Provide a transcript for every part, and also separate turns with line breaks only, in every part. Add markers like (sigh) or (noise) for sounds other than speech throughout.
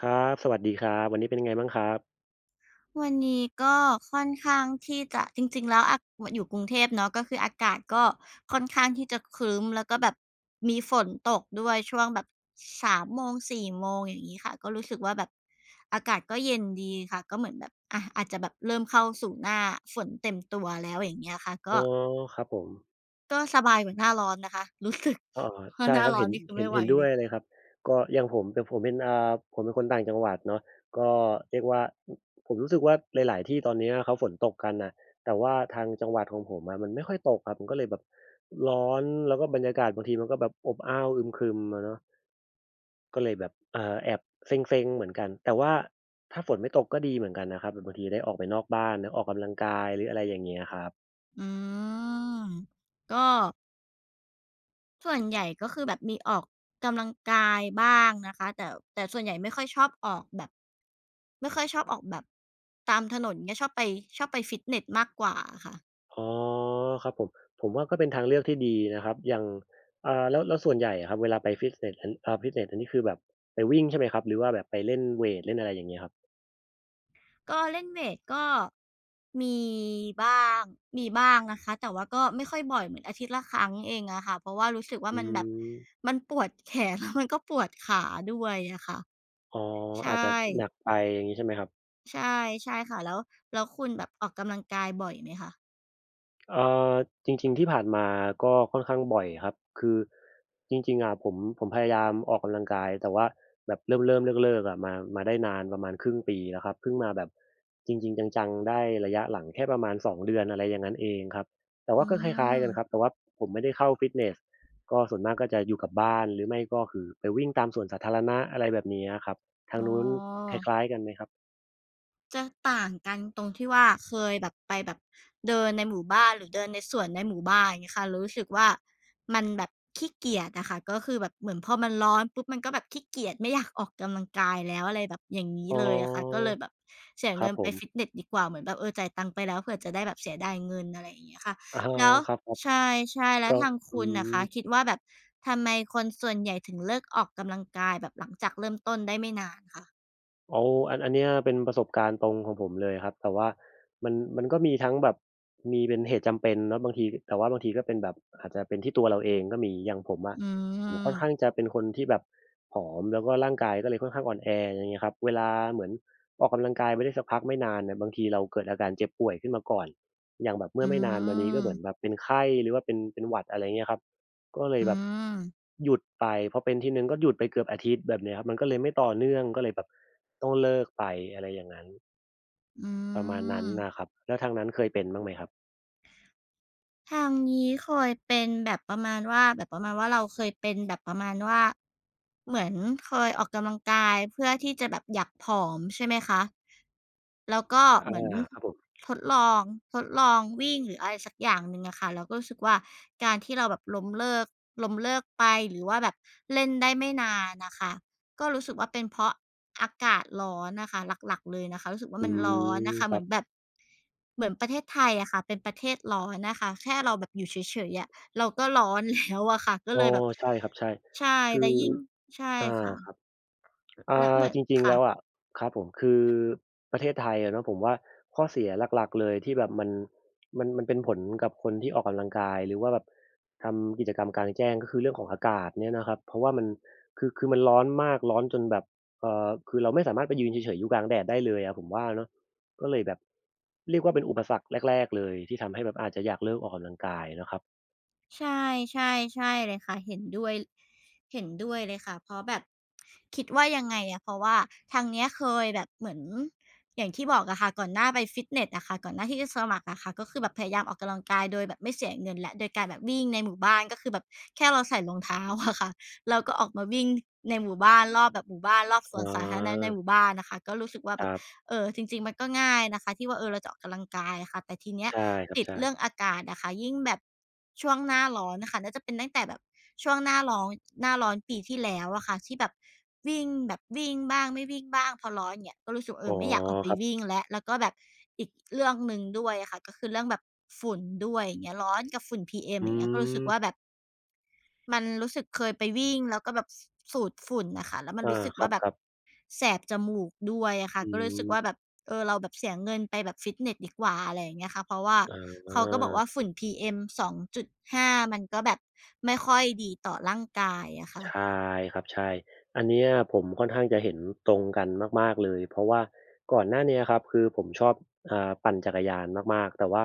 ครับสวัสดีครับวันนี้เป็นยังไงบ้างครับ
วันนี้ก็ค่อนข้างที่จะจริงๆแล้วอยู่กรุงเทพเนาะก็คืออากาศก็ค่อนข้างที่จะครึ้มแล้วก็แบบมีฝนตกด้วยช่วงแบบสามโมงสี่โมงอย่างงี้ค่ะก็รู้สึกว่าแบบอากาศก็เย็นดีค่ะก็เหมือนแบบอาจจะแบบเริ่มเข้าสู่หน้าฝนเต็มตัวแล้วอย่างเงี้ยค่ะ
อ๋
ก็
อครับผม
สบายกว่าหน้าร้อนนะคะรู้สึก
อ้อ
เพราะ
ใช่
หน้า
ครับ
ร้อ
เห็
น
น
นี่คือ
เห็น
ไม่ไหว
เห็นด้
เล
วย
ย
เลยครับก็อย่างผมเป็นผมเป็นคนต่างจังหวัดเนาะก็เรียกว่าอผมรู้สึกว่าหลายๆที่ตอนเนี้ยเขาฝนตกกันน่ะแต่ว่าทางจังหวัดของผมอะมันไม่ค่อยตกครับมันก็เลยแบบร้อนแล้วก็บรรยากาศบางทีมันก็แบบอบอ้าวอึมครึมอะเนาะก็เลยแบบแอบเซ็งๆเหมือนกันแต่ว่าถ้าฝนไม่ตกก็ดีเหมือนกันนะครับแบบบางทีได้ออกไปนอกบ้านนะออกกำลังกายหรืออะไรอย่างเงี้ยครับ
อืมก็ ส่วนใหญ่ก็คือแบบมีออกกำลังกายบ้างนะคะแต่ส่วนใหญ่ไม่ค่อยชอบออกแบบไม่ค่อยชอบออกแบบตามถนนเงี้ยชอบไปฟิตเนสมากกว่าอะค่ะ
อ๋อครับผมผมว่าก็เป็นทางเลือกที่ดีนะครับอย่างแล้วแล้วส่วนใหญ่อะครับเวลาไปฟิตเนสอันฟิตเนสอันนี้คือแบบไปวิ่งใช่ไหมครับหรือว่าแบบไปเล่นเวตเล่นอะไรอย่างเงี้ยครับ
ก็เล่นเวตก็มีบ้างนะคะแต่ว่าก็ไม่ค่อยบ่อยเหมือนอาทิตย์ละครั้งเองอะค่ะเพราะว่ารู้สึกว่า
อื
มันแบบ
ม
มันปวดแขน (laughs) แล้วมันก็ปวดขาด้วยอะค่ะ
อ๋ออาจจะ
ใช่
หนักไปอย่างงี้ใช่ไหมครับ
ใช่ใช่ค่ะแล้วคุณแบบออกกำลังกายบ่อยไหมคะ
เอ่อจริงๆที่ผ่านมาก็ค่อนข้างบ่อยครับคือจริงๆอะผมพยายามออกกำลังกายแต่ว่าแบบเริ่มๆเลิกๆอะมาได้นานประมาณครึ่งปีแล้วครับเพิ่งมาแบบจริงๆจังๆได้ระยะหลังแค่ประมาณ2เดือนอะไรอย่างนั้นเองครับแต่ว่า
อื
ก็คล้ายๆกั
ม
นครับแต่ว่าผมไม่ได้เข้าฟิตเนสก็ส่วนมากก็จะอยู่กับบ้านหรือไม่ก็คือไปวิ่งตามสวนสาธารณะอะไรแบบนี้อะครับทาง
อ๋อ
นู้นคล้ายๆกันไหมครับ
จะต่างกันตรงที่ว่าเคยแบบไปแบบเดินในหมู่บ้านหรือเดินในสวนในหมู่บ้านอย่างเงี้ยค่ะเรารู้สึกว่ามันแบบขี้เกียจอะค่ะก็คือแบบเหมือนพอมันร้อนปุ๊บมันก็แบบขี้เกียจไม่อยากออกกำลังกายแล้วอะไรแบบอย่างงี้
อ๋อ
เลยอะค่ะก็เลยแบบเสีย
ครั
เงิ
บ
น
ผ
ไป
ม
ฟิตเนสดีกว่าเหมือนแบบเออจ่ายตังค์ไปแล้วเผื่อจะได้แบบเสียดายเงินอะไรอย่างเงี้ยค่ะ
อะฮะ
แล้ว
ครับ
ใช่ๆ
ๆ
แล้ว
ก็
ทาง
อื
คุณน่ะ
ม
คะคิดว่าแบบทำไมคนส่วนใหญ่ถึงเลิกออกกำลังกายแบบหลังจากเริ่มต้นได้ไม่นานคะ
อ๋ออันเนี้ยเป็นประสบการณ์ตรงของผมเลยครับแต่ว่ามันก็มีทั้งแบบมีเป็นเหตุจำเป็นเนาะบางทีแต่ว่าบางทีก็เป็นแบบอาจจะเป็นที่ตัวเราเองก็มีอย่างผมอะ
อื
ผมค่อ
ม
นข้างจะเป็นคนที่แบบผอมแล้วก็ร่างกายก็เลยค่อนข้างอ่อนแออย่างงี้ครับเวลาเหมือนออกกำลังกายไปได้สักพักไม่นานเนี่ยบางทีเราเกิดอาการเจ็บป่วยขึ้นมาก่อนอย่างแบบเมื่อ
อื
ไม่นานมานี้ก็เหมือนแบ
ม
บเป็นไข้หรือว่าเป็นหวัดอะไรเงี้ยครับ ก็เลย
อื
แบบ
ม
หยุดไปพอเป็นทีหนึ่งก็หยุดไปเกือบอาทิตย์แบบเนี้ยครับมันก็เลยไม่ต่อเนื่องก็เลยแบบต้องเลิกไปอะไรอย่างงั้น
อื
ประมาณนั้น
ม
นะครับแล้วทางนั้นเคยเป็นบ้างไหมครับ
ทางนี้เคยเป็นแบบประมาณว่าแบบประมาณว่าเราเคยเป็นแบบประมาณว่าเหมือนเคยออกกำลังกายเพื่อที่จะแบบอยากผอมใช่ไหมคะแล้วก็
อา
เหมือน
ครับผม
ทดลองวิ่งหรืออะไรสักอย่างหนึ่งอะค่ะเราก็รู้สึกว่าการที่เราแบบล้มเลิกไปหรือว่าแบบเล่นได้ไม่นานน่ะค่ะ ก็รู้สึกว่าเป็นเพราะอากาศร้อนนะคะหลักๆเลยนะคะรู้สึกว่า
อื
มันร้อน
ม
นะคะ
ค
เห
รั
มื
บ
อนแบบเหมือนประเทศไทยอะค่ะเป็นประเทศร้อนนะคะแค่เราแบบอยู่เฉยๆอะเราก็ร้อนแล้วอะค่ะก็
อ้อ
เลยแบบ
ใช่ครับใช่
ใช่
คื
แล้
อ
วยิ่งใช่
อาครับ
ค่ะและเหมือ
จ
น
ริงๆ
ค่ะ
แล้วอะครับผมคือประเทศไทยอะเนาะผมว่าข้อเสียหลักๆเลยที่แบบมันมันเป็นผลกับคนที่ออกกำลังกายหรือว่าแบบทำกิจกรรมกลางแจ้งก็คือเรื่องของอากาศเนี่ยนะครับเพราะว่ามันคือมันร้อนมากร้อนจนแบบคือเราไม่สามารถไปยืนเฉยๆอยู่กลางแดดได้เลยอะผมว่าเนาะก็เลยแบบเรียกว่าเป็นอุปสรรคแรกๆเลยที่ทำให้แบบอาจจะอยากเลิกออกกำลังกายนะครับ
ใช่ใช่ใช่เลยค่ะเห็นด้วยเลยค่ะเพราะแบบคิดว่ายังไงอะเพราะว่าทางเนี้ยเคยแบบเหมือนอย่างที่บอกอะค่ะก่อนหน้าไปฟิตเนสอะค่ะก่อนหน้าที่จะสมัครอะค่ะก็คือแบบพยายามออกกำลังกายโดยแบบไม่เสียเงินและโดยการแบบวิ่งในหมู่บ้านก็คือแบบแค่เราใส่รองเท้าอะค่ะเราก็ออกมาวิ่งในหมู่บ้านรอบแบบหมู่บ้านรอบส
อ๋
วนสาธารณะใน
อ
หมู่บ้านนะคะก็รู้สึกว่า
ค
แบบ
รับ
เออจริงๆมันก็ง่ายนะคะที่ว่าเออเราจะออกกำลังกายค่ะแต่ทีเนี้ย
ใช่ครับ
ติด
ใช่
เรื่องอากาศอะค่ะยิ่งแบบช่วงหน้าร้อนน่ะค่ะน่าจะเป็นตั้งแต่แบบช่วงหน้าร้อนปีที่แล้วอะค่ะที่แบบวิ่งแบบวิ่งบ้างไม่วิ่งบ้างพอร้อนยเงี้ยก็รู้สึกว่าเอ
อ๋อ
อไม่อยากออกไป
ครับ
วิ่งแล้วแล้วก็แบบอีกเรื่องหนึ่งด้วยอะค่ะก็คือเรื่องแบบฝุ่นด้วยอย่างเงี้ยร้อนกับฝุ่น PM
อื
อย่างเงี้ยก็รู้สึ
ม
กว่าแบบ มันรู้สึกเคยไปวิ่งแล้วก็แบบสูดฝุ่นน่ะค่ะแล้วมัน
อา
รู้สึก
คร
ว่าแบบ
ับๆ
แสบจมูกด้วยอะค่ะ
อื
ก็เลยรู้
ม
สึกว่าแบบเออเราแบบเสียเงินไปแบบฟิตเนสดีกว่าอะไรอย่างเงี้ยค่ะเพราะว่า
อ
เขาก็บอกว่า
า
ฝุ่น PM 2.5มันก็แบบไม่ค่อยดีต่อร่างกายอะค่ะ
ใช่ครับใช่อันเนี้ยผมค่อนข้างจะเห็นตรงกันมากๆเลยเพราะว่าก่อนหน้าเนี้ยครับคือผมชอบปั่นจักรยานมากๆแต่ว่า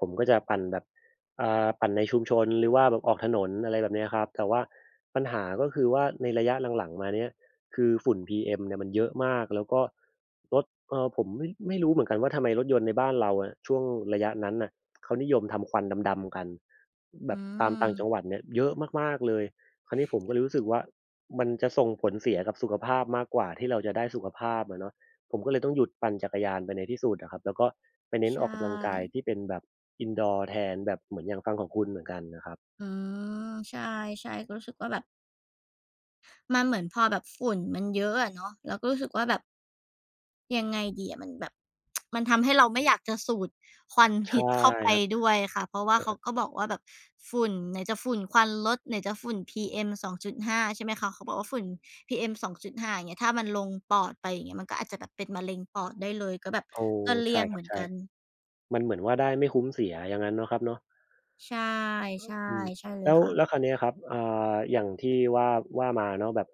ผมก็จะปั่นแบบปั่นในชุมชนหรือว่าแบบออกถนนอะไรแบบเนี้ยครับแต่ว่าปัญหาก็คือว่าในระยะหลังๆมาเนี้ยคือฝุ่น PM เนี่ยมันเยอะมากแล้วก็รถผมไม่รู้เหมือนกันว่าทำไมรถยนต์ในบ้านเราอะช่วงระยะนั้นน่ะเขานิยมทำควันดำๆกันแบ
อื
บตามต่างจังหวั
ม
ดเนี่ยเยอะมากๆเลย คราวนี้ผมก็เลยรู้สึกว่ามันจะส่งผลเสียกับสุขภาพมากกว่าที่เราจะได้สุขภาพอะเนาะผมก็เลยต้องหยุดปั่นจักรยานไปในที่สุดอะครับแล้วก็ไปเน้น
ใช
ออกกำลังกาย
่
ที่เป็นแบบ Indoor แทนแบบเหมือนอย่างฟังของคุณเหมือนกันนะครับ
อืมใช่ๆก็รู้สึกว่าแบบมันเหมือนพอแบบฝุ่นมันเยอะอะเนาะเราก็รู้สึกว่าแบบ ยังไงดีอะมันแบบ (tsk) มันทำให้เราไม่อยากจะสูดควันพิ
ใช่
ษเข้าไป
ครับ
ด้วยค่ะเพราะว่าเขาก็บอกว่าแบบฝุ่นไหนจะฝุ่นควันรถไหนจะฝุ่น PM 2.5ใช่ไหมคะเขาบอกว่าฝุ่น PM 2.5อย่างเงี้ยถ้ามันลงปอดไปอย่างเงี้ยมันก็อาจจะแบบเป็นมะเร็งปอดได้เลยก็แบบ
โอ้
ก็เลี่
ใช่
ยง
ค
เห
รับ
มือน
ใช่
กัน
มันเหมือนว่าได้ไม่คุ้มเสียอย่างงั้นเนาะครับเนาะ
ใช่
อืม
ๆใช่เล
แล้
ย
ว
ค่ะ
แล้วคราวเนี้ยครับอย่างที่ว่าว่ามาเนาะแบบ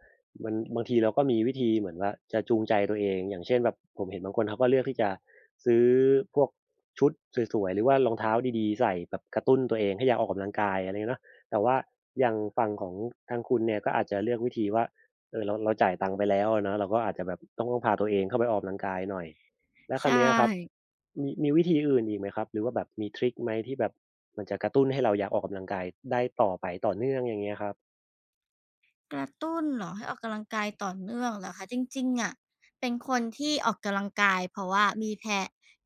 มันบางทีเราก็มีวิธีเหมือนว่าจะจูงใจตัวเอง อย่างเช่นแบบผมเห็นบางคนเขาก็เลือกที่จะซื้อพวกชุดสวยๆหรือว่ารองเท้าดีๆใส่แบบกระตุ้นตัวเองให้อยากออกกำลังกายอะไรเงี้ยเนาะแต่ว่าอย่างฝั่งของทางคุณเนี่ยก็อาจจะเลือกวิธีว่าเออเราเราจ่ายตังค์ไปแล้วอะเนาะเราก็อาจจะแบบต้องพาตัวเองเข้าไปออกกำลังกายหน่อย แล้วคราว
ใช่
เนี้ยครับมีวิธีอื่นอีกไหมครับหรือว่าแบบมีทริกไหมที่แบบมันจะกระตุ้นให้เราอยากออกกำลังกายได้ต่อไปต่อเนื่องอย่างเงี้ยครับ
กระตุ้นเหรอให้ออกกำลังกายต่อเนื่องเหรอคะจริงๆอะเป็นคนที่ออกกำลังกายเพราะว่ามีแพ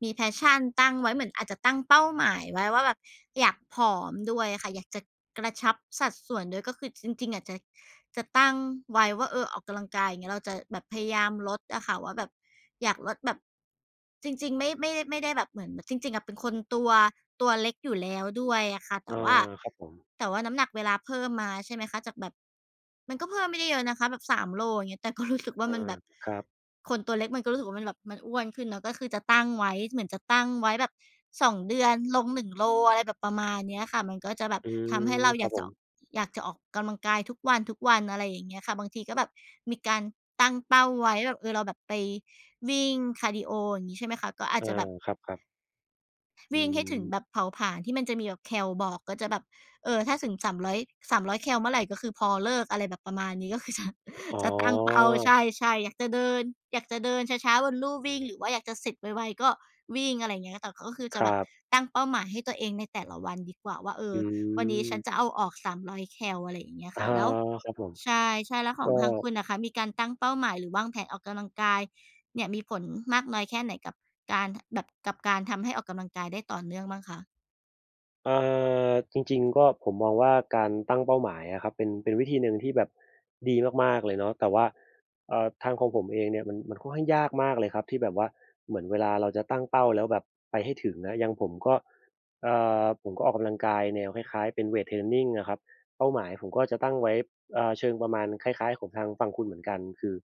มี passion ตั้งไว้เหมือนอาจจะตั้งเป้าหมายไว้ว่าแบบอยากผอมด้วยค่ะอยากจะกระชับสัดส่วนด้วยก็คือจริงๆอาจจะ จะตั้งไว้ว่าเออออกกำลังกายอย่างเงี้ยเราจะแบบพยายามลดอะค่ะว่าแบบอยากลดแบบจริงๆไม่ได้แบบเหมือนจริงๆอะเป็นคนตัวเล็กอยู่แล้วด้วยอะค่ะ
อา
แต่ว่า
ครับผม
น้ำหนักเวลาเพิ่มมาใช่ไหมคะจากแบบมันก็เพิ่มไม่ได้เยอะนะคะแบบ3โลอย่างเงี้ยแต่ก็รู้สึกว่ามัน
อา
แบบ
ครับ
คนตัวเล็กมันก็รู้สึกว่ามันแบบมันอ้วนขึ้นเนาะก็คือจะตั้งไว้เหมือนจะตั้งไว้แบบสองเดือนลงหนึ่งโลอะไรแบบประมาณเนี้ยค่ะมันก็จะแบบ
อื
ทำให้
ม
เรา
ครับผม
อยากจะออกกำลังกายทุกวันๆอะไรอย่างเงี้ยค่ะบางทีก็แบบมีการตั้งเป้าไว้แบบเออเราแบบไปวิ่งคาร์ดีโออย่างงี้ใช่ไหมคะก็อาจ
อา
จะแบบ
ครับๆอื
วิ่งให้ถึ
ม
งแบบเผาผลาญที่มันจะมีแบบแคลบอกก็จะแบบเออถ้าถึง 300- ้อยสามร้อยแคลเมื่อไรก็คือพอเลิกอะไรแบบประมาณนี้ (laughs) ก็คือจะ
อ๋อ
จะตั้งเป้าใช่ๆอยากจะเดินช้าๆบนลู่วิ่งหรือว่าอยากจะเสร็จไวๆก็วิ่งอะไรอย่างเงี้ยแต่ก็คือ
ค
จะแบ
รั
บ
บ
ตั้งเป้าหมายให้ตัวเองในแต่ละวันดีกว่าว่าเอ
อื
อวันนี้ฉันจะ
ม
เอาออก300แคลอะไรอย่างเงี้ย
อะ
ค่ะ
ฮ
แล้ว
ครับผม
ใช่ๆแล้วขอ
ก็
งทางคุณน่ะคะมีการตั้งเป้าหมายหรือวางแผนออกกำลังกาย เนี่ยมีผลมากน้อยแค่ไหนกับการแบบกับการทำให้ออกกำลังกายได้ต่อเนื่องบ้างคะ
เอ่าจริงๆก็ผมมองว่าการตั้งเป้าหมายอะครับเป็นวิธีหนึ่งที่แบบดีมากๆเลยเนาะแต่ว่าทางของผมเองเนี่ยมันค่อนข้างยากมากเลยครับที่แบบว่าเหมือนเวลาเราจะตั้งเป้าแล้วแบบไปให้ถึงนะอย่างผมก็เอ่ผมก็ออกกำลังกายแนวคล้ายๆเป็นเวตเทรนนิงอะครับเป้าหมายผมก็จะตั้งไว้เอ่าเชิงประมาณคล้ายๆของทางฝั่งคุณเหมือนกันคือ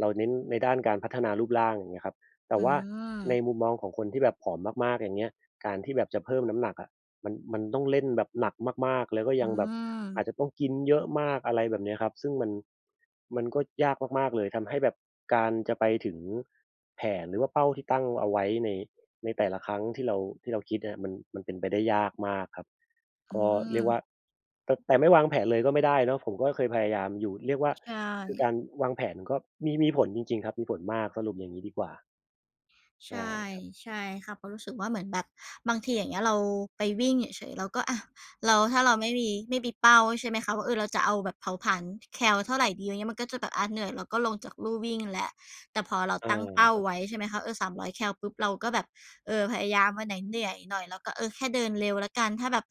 เราเน้นในด้านการพัฒนารูปร่างอย่างเงี้ยครับแต่
อื
ว่า
ม
ในมุมมองของคนที่แบบผอมมากๆอย่างเงี้ยการที่แบบจะเพิ่มน้ำหนักอะ มันต้องเล่นแบบหนักมากๆ แล้วก็
อื
ยังแบบอาจจะ
ม
ต้องกินเยอะมากอะไรแบบเนี้ยครับซึ่งมันก็ยากมากๆเลยทำให้แบบการจะไปถึงแผนหรือว่าเป้าที่ตั้งเอาไว้ในแต่ละครั้งที่เราคิดอะมันเป็นไปได้ยากมากครับ
อื
ก็เรี
ม
ยกว่าแต่ไม่วางแผนเลยก็ไม่ได้เนาะผมก็เคยพยายามอยู่เรียกว่า
ใช
คือกา
่
รวางแผนก็มีผลจริงๆครับมีผลมากสรุปอย่างงี้ดีกว่า
ใช่
ใช่ครับ
ใช่ค่ะเพราะรู้สึกว่าเหมือนแบบบางทีอย่างเงี้ยเราไปวิ่งเฉยๆเราก็อะเราถ้าเราไม่มีเป้าใช่ไหมคะว่าเออเราจะเอาแบบเผาผลาญแคลเท่าไรดีอย่างเงี้ยมันก็จะแบบอ่าเหนื่อยเราก็ลงจากลู่วิ่งแล้วแต่พอเราตั้ง
อา
เป้าไว้ใช่ไหมคะเออสามร้อยแคลปุ๊บเราก็แบบ เออพยายามวันไหนเหนื่อยหน่อยแล้วก็เออแค่เดินเร็วแล้วกันถ้าแบบ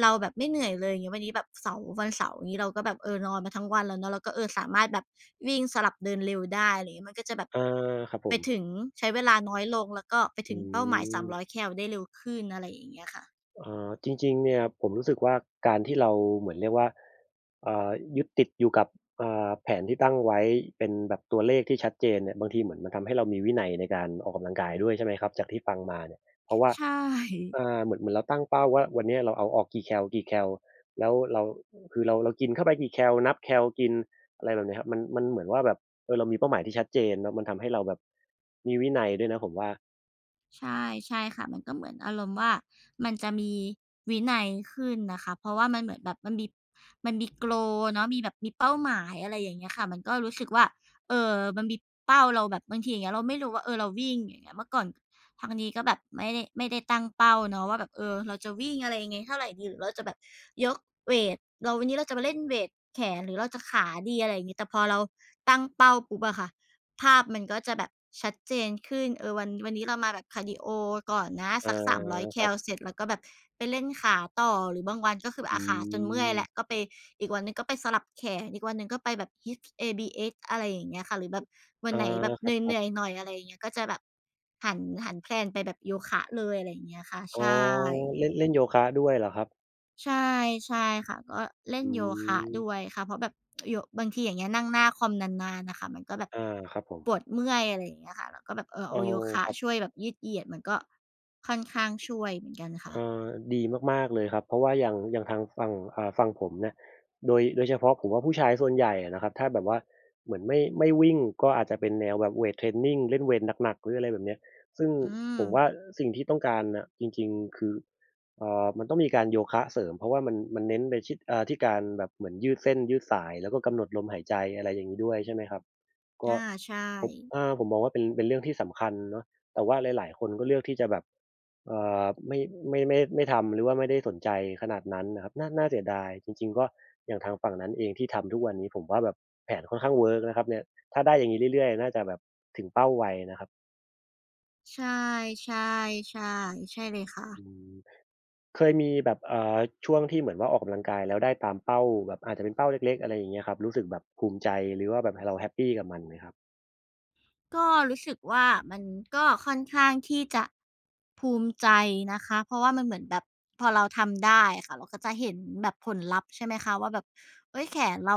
เราแบบไม่เหนื่อยเลยอย่างเงี้ยวันนี้แบบเสาร์วันเสาร์อย่างงี้เราก็แบบเออนอนมาทั้งวันแล้วเนาะเราก็เออสามารถแบบวิ่งสลับเดินเร็วได้อะไรอย่างเงี้ยมันก็จะแบบ
อาครับผ
ไป
ม
ถึงใช้เวลาน้อยลงแล้วก็ไป
อื
ถึงเป้าหมาย
ม
300แคลได้เร็วขึ้นอะไรอย่างเงี้ยค่ะ
อ๋อจริงๆเนี่ยผมรู้สึกว่าการที่เราเหมือนเรียกว่าอ่ายึดติดอยู่กับแผนที่ตั้งไว้เป็นแบบตัวเลขที่ชัดเจนเนี่ยบางทีเหมือนมันทำให้เรามีวินัยในการออกกำลังกายด้วยใช่ไหมครับจากที่ฟังมาเนี่ยเพราะว่า
ใช่
อ่าเหมือนเราตั้งเป้าว่าวันนี้เราเอาออกกี่แคลแล้วเราคือเรากินเข้าไปกี่แคลนับแคลกินอะไรแบบเนี้ยครับมันเหมือนว่าแบบเออเรามีเป้าหมายที่ชัดเจนเนอะมันทำให้เราแบบมีวินัยด้วยนะผมว่า
ใช่ใช่ค่ะมันก็เหมือนอารมณ์ว่ามันจะมีวินัยขึ้นนะคะเพราะว่ามันเหมือนแบบมันมี goal เนาะมีแบบมีเป้าหมายอะไรอย่างเงี้ยค่ะมันก็รู้สึกว่าเอ่อมันมีเป้าเราแบบบางทีอย่างเงี้ยเราไม่รู้ว่าเออเราวิ่งอย่างเงี้ยเมื่อก่อนทางนี้ก็แบบไม่ได้ตั้งเป้าเนาะว่าแบบเออเราจะวิ่งอะไรยังไงเท่าไรดีหรือเราจะแบบยกเวตเราวันนี้เราจะมาเล่นเวตแขนหรือเราจะขาดีอะไรอย่างงี้แต่พอเราตั้งเป้าปุ๊บอะค่ะ ภาพมันก็จะแบบชัดเจนขึ้นเออวันนี้เรามาแบบคาร์ดิโอก่อนนะ
อา
สัก3อยแค
ครั
ลเส
บ
ร็จแล้วก็แบบไปเล่นขาต่อหรือบางวันก็คือแบบ
อื
อาขาจนเมื่อยแล้วก็
ม
ไปอีกวันหนึ่งก็ไปสลับแขนอีกวันหนึ่งก็ไปแบบ Hips ABS อะไรอย่างเงี้ยค่ะหรือแบบวัน
อา
ไหนแบบ
ค
เห
รั
นื่อย
บ
ๆหน่อยอะไรอย่างเงี้ยก็จะแบบหันหันแพลนไปแบบโยคะเลยอะไรอย่างเงี้ยค่ะ
อ๋อ
ใช่
เล่นเล่นโยคะด้วยเหรอครับ
ใช่ใช่ค่ะก็เล่น
อื
โยคะ
ม
ด้วยค่ะเพราะแบบบางทีอย่างเงี้ยนั่งหน้าคอมนานๆน่ะค่ะมันก็แบบ
อาครับผม
ปวดเมื่อยอะไรอย่างเงี้ยค่ะเราก็แบบเออ
เออ
เอาโยคะ
ครั
ช่
บ
วยแบบยืดเหยียดมันก็ค่อนข้างช่วยเหมือนกันค่ะ
เอ่อดีมากๆเลยครับเพราะว่าอย่างทางฝั่งอ่าฝั่งผมเนี่ยโดยเฉพาะผมว่าผู้ชายส่วนใหญ่อะนะครับถ้าแบบว่าเหมือนไม่วิ่งก็อาจจะเป็นแนวแบบเวตเทรนนิงเล่นเวตหนักๆหรืออะไรแบบเนี้ยซึ่ง
อืม
ผมว่าสิ่งที่ต้องการน่ะจริงๆคือมันต้องมีการโยคะเสริมเพราะว่ามันเน้นไปชิดอ่าที่การแบบเหมือนยืดเส้นยืดสายแล้วก็กำหนดลมหายใจอะไรอย่างงี้ด้วยใช่ไหมครับก็
อาใช่
ผมอาผมมองว่าเป็นเรื่องที่สำคัญเนาะแต่ว่าหลายๆคนก็เลือกที่จะแบบ เอ่อไม่ไม่ทำหรือว่าไม่ได้สนใจขนาดนั้นนะครับน่าเสียดายจริงๆก็อย่างทางฝั่งนั้นเองที่ทำทุกวันนี้ผมว่าแบบแผนค่อนข้างเวิร์กนะครับเนี่ยถ้าได้อย่างงี้เรื่อยๆน่าจะแบบถึงเป้าไวนะครับ
ใช่ๆๆใช่เลยค่ะ
อืมเคยมีแบบช่วงที่เหมือนว่าออกกำลังกายแล้วได้ตามเป้าแบบอาจจะเป็นเป้าเล็กๆอะไรอย่างเงี้ยครับรู้สึกแบบภูมิใจหรือว่าแบบเราแฮปปีกับมันไหมครับ
ก็รู้สึกว่ามันก็ค่อนข้างที่จะภูมิใจนะคะเพราะว่ามันเหมือนแบบพอเราทำได้อค่ะเราก็จะเห็นแบบผลลัพธ์ใช่ไหมคะว่าแบบเฮ้ยแขนเรา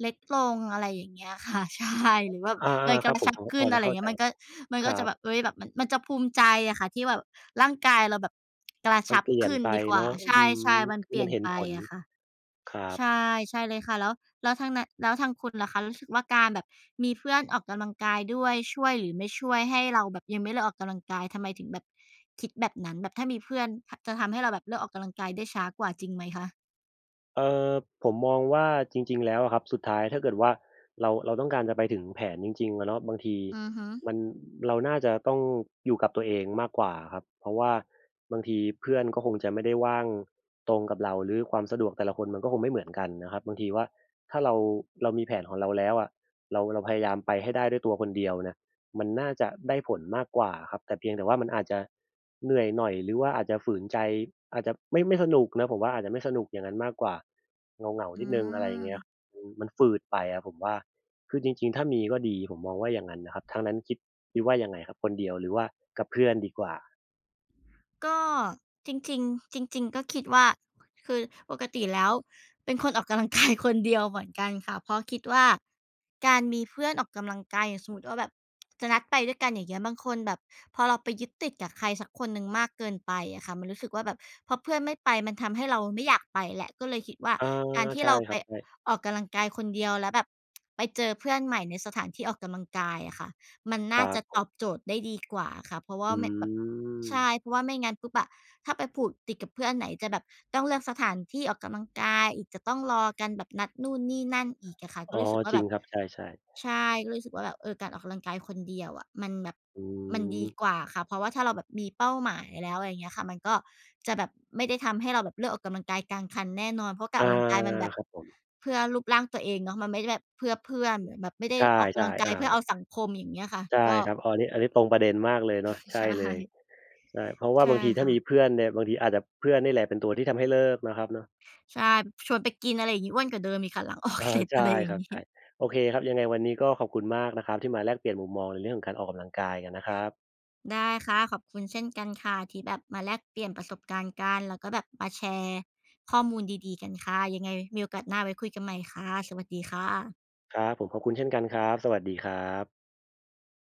เล็กลงอะไรอย่างเงี้ยค่ะ (laughs) ใช่หรือว่า
อา
มัน
ๆ
ก
ครับผ
ระ
ม
ชับ
พอพ
ขึ้
อ
น
จะ
อะไร
เข้าใจ
เงี้ยมัน
ค
ก็
รั
จะแบบ
บ
เฮ้ยแบบมันจะภูมิใจอะค่ะที่แบบร่างกายเราแบบกระ
มัน
ชับ
เปลี่ยน
ขึ้น
ไป
ดีกว่า
เนาะ
ใช่
อื
ใช่
ม
มัน
คื
เป
อ
ลี่
มั
ย
น
น
เห็น
ไป
ผล
อะค่ะ
ครับ
ใช่ใช่เลยค่ะแล้วแล้วทางนั้นแล้วทางคุณล่ะคะรู้สึกว่าการแบบมีเพื่อนออกกำลังกายด้วยช่วยหรือไม่ช่วยให้เราแบบยังไม่เลิกออกกำลังกายทำไมถึงแบบคิดแบบนั้นแบบถ้ามีเพื่อนทจะทำให้เราแบบเลิกออกกำลังกายได้ช้ากว่าจริงไหมคะ
เอ่อผมมองว่าจริงๆแล้วอะครับสุดท้ายถ้าเกิดว่าเราต้องการจะไปถึงแผนจริงๆอะเนาะบางที
อือฮึ
มันเราน่าจะต้องอยู่กับตัวเองมากกว่าอะครับเพราะว่าบางทีเพื่อนก็คงจะไม่ได้ว่างตรงกับเราหรือความสะดวกแต่ละคนมันก็คงไม่เหมือนกันนะครับบางทีว่าถ้าเรามีแผนของเราแล้วอะเราพยายามไปให้ได้ด้วยตัวคนเดียวเนี่ย มันน่าจะได้ผลมากกว่าครับแต่เพียงแต่ว่ามันอาจจะเหนื่อยหน่อยหรือว่าอาจจะฝืนใจอาจจะไม่สนุกนะผมว่าอาจจะไม่สนุกอย่างนั้นมากกว่าเหงา
อื
ๆ นิดหนึ่งอะไรอย่างเงี้ย
ม
มันฝืดไปอะผมว่าคือจริงๆถ้ามีก็ดีผมมองว่าอย่างงั้นนะครับทางนั้นคิดว่ายังไงครับคนเดียวหรือว่ากับเพื่อนดีกว่า
ก็จริงๆจริงๆก็คิดว่าคือปกติแล้วเป็นคนออกกำลังกาย (laughs) คนเดียวเหมือนกันค่ะเพราะคิดว่าการมีเพื่อนออกกำลังกายอย่างสมมุติว่าแบบจะนัดไปด้วยกันอย่างเงี้ยบางคนแบบพอเราไปยึดติดกับใครสักคนหนึ่งมากเกินไปอะค่ะมันรู้สึกว่าแบบพอเพื่อนไม่ไปมันทำให้เราไม่อยากไปแหละก็เลยคิดว่า
อา
การที่
ใช่
เรา
ค
ไป
รับใช่
ออกกำลังกายคนเดียวแล้วแบบไปเจอเพื่อนใหม่ในสถานที่ออกกำลังกายอะค่ะ มัน
ค
น่า
รับ
จะ
ผ
ตอบ
ม
โจทย์ได้ดีกว่าค่ะเพราะว่า
อื
ไม่แบบ
ม
ใช่เพราะว่าไม่งั้นปุ๊บอะถ้าไปผูกติดกับเพื่อนไหนจะแบบต้องเลือกสถานที่ออกกำลังกายอีกจะต้องรอกันแบบนัดนู่นนี่นั่นอีกอะค่ะก็
อ๋อ
รู้สึกว่า
จริ
แบ
ง
บ
ครับใช่
ใช่ก็รู้สึกว่าแบบเออการออกกำลังกายคนเดียวอะมันแบบ
ๆอื
มัน
ม
ดีกว่าค่ะเพราะว่าถ้าเราแบบมีเป้าหมายแล้วอะไรอย่างเงี้ยค่ะมันก็จะแบบไม่ได้ทำให้เราแบบเลือกออกกำลังกายกลางคันแน่นอนเพราะการ
อา
ออกกำลังกายมันแบบ
ครับผม
เพื่อรูปร่างตัวเองเนาะมันไม่ได้แบบเพื่อเพื่อนเหมือนแบบไม่ได้
ใช่
ออกกำลัง
ๆ
กายเพื่อเอา
อา
สังคมอย่างเงี้ยค่ะ
ใช่
ก็
ครับอออันนี้ตรงประเด็นมากเลยเนาะ
(laughs)
ใช่
ใช่
เลยใช่เพราะว่าบา
ใช่
งทีถ้า
ค่ะ
มีเพื่อนเนี่ยบางทีอาจจะเพื่อนนี่แหละเป็นตัวที่ทำให้เลิกนะครับเนาะ
ใช่ชวนไปกินอะไรอย่างงี้อ้วนกว่าเดิมอีกค่ะหลังออก
เอ
เส
อ
ร็จ
ใช่
อะไรอย่า
ค
ง
รับ
งี้ (laughs)
ใช่โอเคครับยังไงวันนี้ก็ขอบคุณมากนะครับที่มาแลกเปลี่ยนมุมมองในเรื่องของการออกกำลังกายกันนะครับ
ได้ค่ะขอบคุณเช่นกันค่ะที่แบบมาแลกเปลี่ยนประสบการณ์กันแล้วก็แบบมาแชร์ข้อมูลดีๆกันค่ะยังไงมีโอกาสหน้าไว้คุยกันใหม่ค่ะสวัสดีค่ะ
ครับผมขอบคุณเช่นกันครับสวัสดีครับ